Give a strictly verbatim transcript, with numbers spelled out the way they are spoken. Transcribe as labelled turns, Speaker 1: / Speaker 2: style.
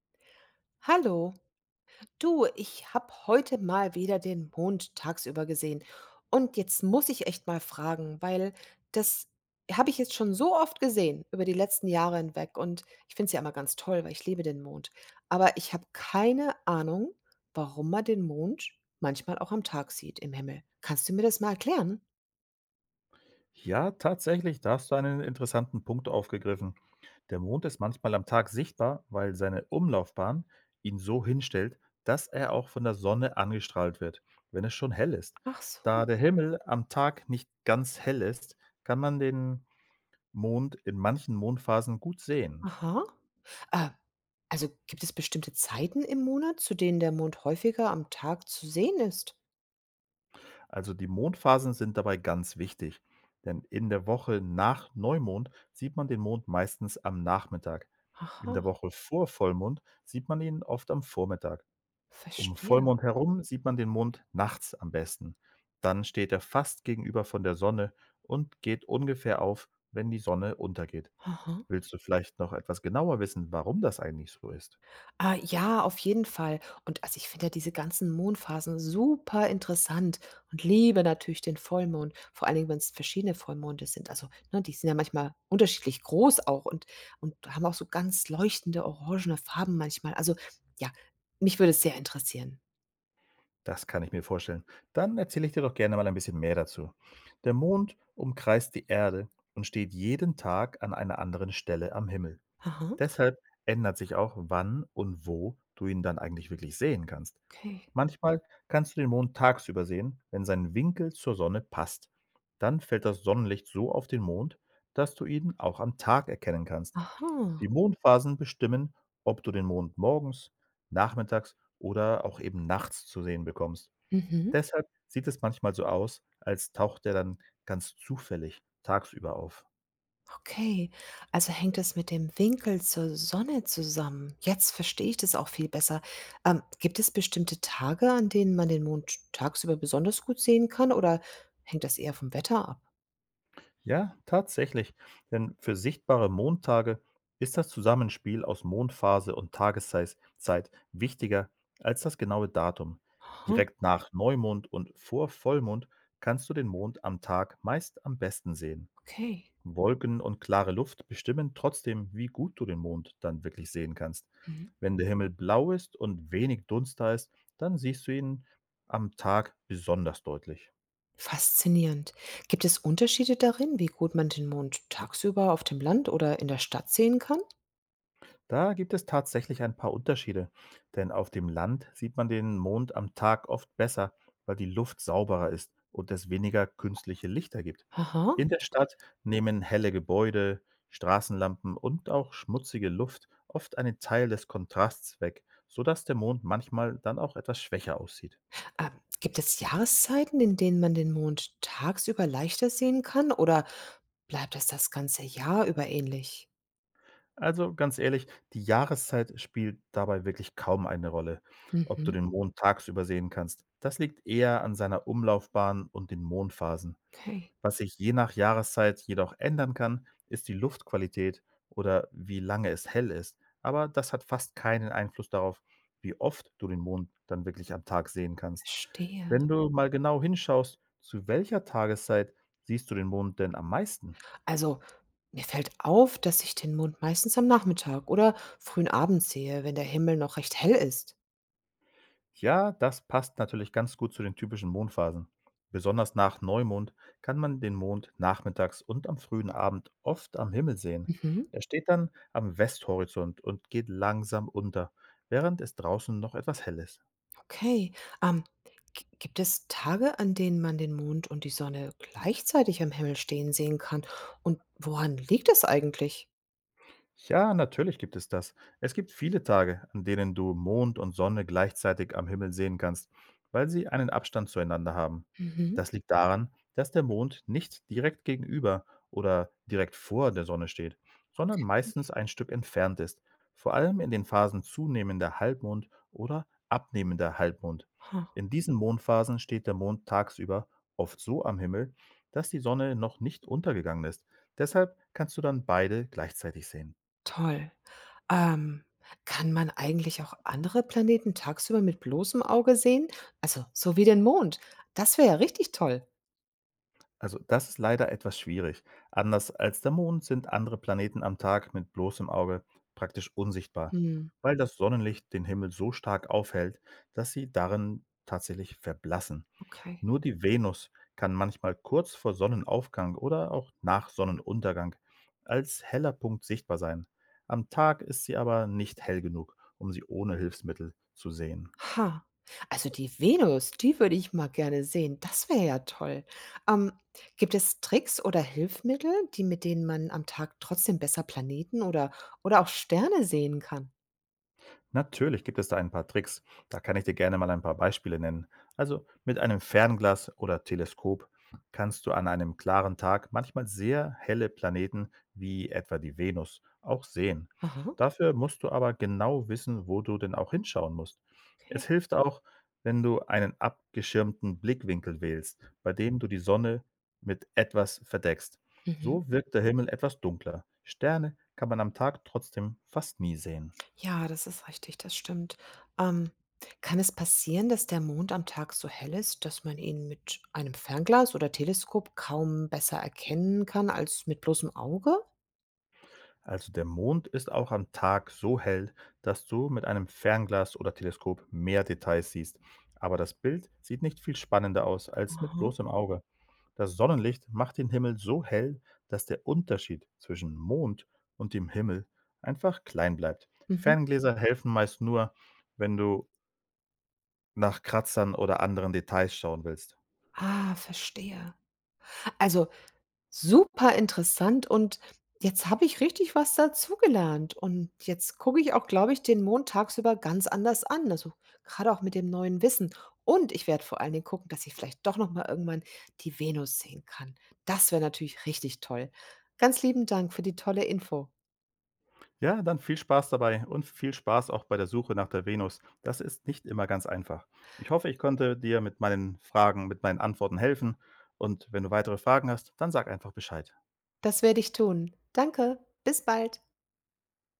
Speaker 1: Hallo, du, ich habe heute mal wieder den Mond tagsüber gesehen. Und jetzt muss ich echt mal fragen, weil das habe ich jetzt schon so oft gesehen über die letzten Jahre hinweg. Und ich finde es ja immer ganz toll, weil ich liebe den Mond. Aber ich habe keine Ahnung, warum man den Mond manchmal auch am Tag sieht im Himmel. Kannst du mir das mal erklären?
Speaker 2: Ja, tatsächlich, da hast du einen interessanten Punkt aufgegriffen. Der Mond ist manchmal am Tag sichtbar, weil seine Umlaufbahn ihn so hinstellt, dass er auch von der Sonne angestrahlt wird, wenn es schon hell ist.
Speaker 1: Ach
Speaker 2: Da
Speaker 1: so,
Speaker 2: der Himmel am Tag nicht ganz hell ist, kann man den Mond in manchen Mondphasen gut sehen.
Speaker 1: aha. Äh, also gibt es bestimmte Zeiten im Monat, zu denen der Mond häufiger am Tag zu sehen ist?
Speaker 2: Also die Mondphasen sind dabei ganz wichtig, denn in der Woche nach Neumond sieht man den Mond meistens am Nachmittag. In
Speaker 1: Aha,
Speaker 2: der Woche vor Vollmond sieht man ihn oft am Vormittag. Um
Speaker 1: verstehe.
Speaker 2: Vollmond herum sieht man den Mond nachts am besten. Dann steht er fast gegenüber von der Sonne und geht ungefähr auf, wenn die Sonne untergeht.
Speaker 1: Aha.
Speaker 2: Willst du vielleicht noch etwas genauer wissen, warum das eigentlich so ist?
Speaker 1: Ah, ja, auf jeden Fall. Und also ich finde ja diese ganzen Mondphasen super interessant und liebe natürlich den Vollmond, vor allen Dingen, wenn es verschiedene Vollmonde sind. Also, ne, die sind ja manchmal unterschiedlich groß auch und und haben auch so ganz leuchtende orangene Farben manchmal. Also, ja, mich würde es sehr interessieren.
Speaker 2: Das kann ich mir vorstellen. Dann erzähle ich dir doch gerne mal ein bisschen mehr dazu. Der Mond umkreist die Erde und steht jeden Tag an einer anderen Stelle am Himmel.
Speaker 1: Aha,
Speaker 2: Deshalb ändert sich auch, wann und wo du ihn dann eigentlich wirklich sehen kannst.
Speaker 1: okay.
Speaker 2: Manchmal kannst du den Mond tagsüber sehen, wenn sein Winkel zur Sonne passt. Dann fällt das Sonnenlicht so auf den Mond, dass du ihn auch am Tag erkennen kannst.
Speaker 1: Aha.
Speaker 2: Die Mondphasen bestimmen, ob du den Mond morgens, nachmittags oder auch eben nachts zu sehen bekommst.
Speaker 1: Mhm.
Speaker 2: Deshalb sieht es manchmal so aus, als taucht er dann ganz zufällig tagsüber auf.
Speaker 1: Okay, also hängt es mit dem Winkel zur Sonne zusammen. Jetzt verstehe ich das auch viel besser. Ähm, gibt es bestimmte Tage, an denen man den Mond tagsüber besonders gut sehen kann, oder hängt das eher vom Wetter ab?
Speaker 2: Ja, tatsächlich, denn für sichtbare Mondtage ist das Zusammenspiel aus Mondphase und Tageszeit Zeit wichtiger als das genaue Datum.
Speaker 1: Aha,
Speaker 2: Direkt nach Neumond und vor Vollmond kannst du den Mond am Tag meist am besten sehen.
Speaker 1: okay.
Speaker 2: Wolken und klare Luft bestimmen trotzdem, wie gut du den Mond dann wirklich sehen kannst.
Speaker 1: Mhm.
Speaker 2: Wenn der Himmel blau ist und wenig Dunst da ist, dann siehst du ihn am Tag besonders deutlich.
Speaker 1: Faszinierend. Gibt es Unterschiede darin, wie gut man den Mond tagsüber auf dem Land oder in der Stadt sehen kann?
Speaker 2: Da gibt es tatsächlich ein paar Unterschiede, denn auf dem Land sieht man den Mond am Tag oft besser, weil die Luft sauberer ist und es weniger künstliche Lichter gibt.
Speaker 1: Aha.
Speaker 2: In der Stadt nehmen helle Gebäude, Straßenlampen und auch schmutzige Luft oft einen Teil des Kontrasts weg, sodass der Mond manchmal dann auch etwas schwächer aussieht.
Speaker 1: Ähm, Gibt es Jahreszeiten, in denen man den Mond tagsüber leichter sehen kann oder bleibt das das ganze Jahr über ähnlich?
Speaker 2: Also ganz ehrlich, die Jahreszeit spielt dabei wirklich kaum eine Rolle, ob du
Speaker 1: Mhm.
Speaker 2: den Mond tagsüber sehen kannst. Das liegt eher an seiner Umlaufbahn und den Mondphasen.
Speaker 1: Okay,
Speaker 2: Was sich je nach Jahreszeit jedoch ändern kann, ist die Luftqualität oder wie lange es hell ist, aber das hat fast keinen Einfluss darauf, wie oft du den Mond dann wirklich am Tag sehen kannst.
Speaker 1: verstehe.
Speaker 2: Wenn du mal genau hinschaust, zu welcher Tageszeit siehst du den Mond denn am meisten?
Speaker 1: Also, mir fällt auf, dass ich den Mond meistens am Nachmittag oder frühen Abend sehe, wenn der Himmel noch recht hell ist.
Speaker 2: Ja, das passt natürlich ganz gut zu den typischen Mondphasen. Besonders nach Neumond kann man den Mond nachmittags und am frühen Abend oft am Himmel sehen.
Speaker 1: Mhm.
Speaker 2: Er steht dann am Westhorizont und geht langsam unter, während es draußen noch etwas hell ist.
Speaker 1: Okay. Ähm, g- Gibt es Tage, an denen man den Mond und die Sonne gleichzeitig am Himmel stehen sehen kann? Und woran liegt das eigentlich?
Speaker 2: Ja, natürlich gibt es das. Es gibt viele Tage, an denen du Mond und Sonne gleichzeitig am Himmel sehen kannst, weil sie einen Abstand zueinander haben.
Speaker 1: Mhm.
Speaker 2: Das liegt daran, dass der Mond nicht direkt gegenüber oder direkt vor der Sonne steht, sondern meistens ein Stück entfernt ist, vor allem in den Phasen zunehmender Halbmond oder abnehmender Halbmond.
Speaker 1: Ha,
Speaker 2: In diesen Mondphasen steht der Mond tagsüber oft so am Himmel, dass die Sonne noch nicht untergegangen ist. Deshalb kannst du dann beide gleichzeitig sehen.
Speaker 1: toll. Ähm, Kann man eigentlich auch andere Planeten tagsüber mit bloßem Auge sehen? Also, so wie den Mond. Das wäre ja richtig toll.
Speaker 2: Also das ist leider etwas schwierig. Anders als der Mond sind andere Planeten am Tag mit bloßem Auge praktisch unsichtbar,
Speaker 1: Hm,
Speaker 2: weil das Sonnenlicht den Himmel so stark aufhält, dass sie darin tatsächlich verblassen.
Speaker 1: okay.
Speaker 2: Nur die Venus kann manchmal kurz vor Sonnenaufgang oder auch nach Sonnenuntergang als heller Punkt sichtbar sein. Am Tag ist sie aber nicht hell genug, um sie ohne Hilfsmittel zu sehen.
Speaker 1: Ha. Also die Venus, die würde ich mal gerne sehen. Das wäre ja toll. Ähm, Gibt es Tricks oder Hilfsmittel, die mit denen man am Tag trotzdem besser Planeten oder oder auch Sterne sehen kann?
Speaker 2: Natürlich gibt es da ein paar Tricks. Da kann ich dir gerne mal ein paar Beispiele nennen. Also mit einem Fernglas oder Teleskop kannst du an einem klaren Tag manchmal sehr helle Planeten wie etwa die Venus auch sehen.
Speaker 1: Aha,
Speaker 2: Dafür musst du aber genau wissen, wo du denn auch hinschauen musst. Es
Speaker 1: okay.
Speaker 2: hilft auch, wenn du einen abgeschirmten Blickwinkel wählst, bei dem du die Sonne mit etwas verdeckst.
Speaker 1: Mhm.
Speaker 2: So wirkt der Himmel etwas dunkler. Sterne kann man am Tag trotzdem fast nie sehen.
Speaker 1: Ja, das ist richtig, das stimmt. Ähm, Kann es passieren, dass der Mond am Tag so hell ist, dass man ihn mit einem Fernglas oder Teleskop kaum besser erkennen kann als mit bloßem Auge?
Speaker 2: Also der Mond ist auch am Tag so hell, dass du mit einem Fernglas oder Teleskop mehr Details siehst. Aber das Bild sieht nicht viel spannender aus als mit
Speaker 1: Aha.
Speaker 2: bloßem Auge. Das Sonnenlicht macht den Himmel so hell, dass der Unterschied zwischen Mond und dem Himmel einfach klein bleibt.
Speaker 1: Mhm.
Speaker 2: Ferngläser helfen meist nur, wenn du nach Kratzern oder anderen Details schauen willst.
Speaker 1: Ah, verstehe. Also super interessant und jetzt habe ich richtig was dazugelernt und jetzt gucke ich auch, glaube ich, den Mond tagsüber ganz anders an, also, gerade auch mit dem neuen Wissen. Und ich werde vor allen Dingen gucken, dass ich vielleicht doch noch mal irgendwann die Venus sehen kann. Das wäre natürlich richtig toll. Ganz lieben Dank für die tolle Info.
Speaker 2: Ja, dann viel Spaß dabei und viel Spaß auch bei der Suche nach der Venus. Das ist nicht immer ganz einfach. Ich hoffe, ich konnte dir mit meinen Fragen, mit meinen Antworten helfen. Und wenn du weitere Fragen hast, dann sag einfach Bescheid.
Speaker 1: Das werde ich tun. Danke, bis bald.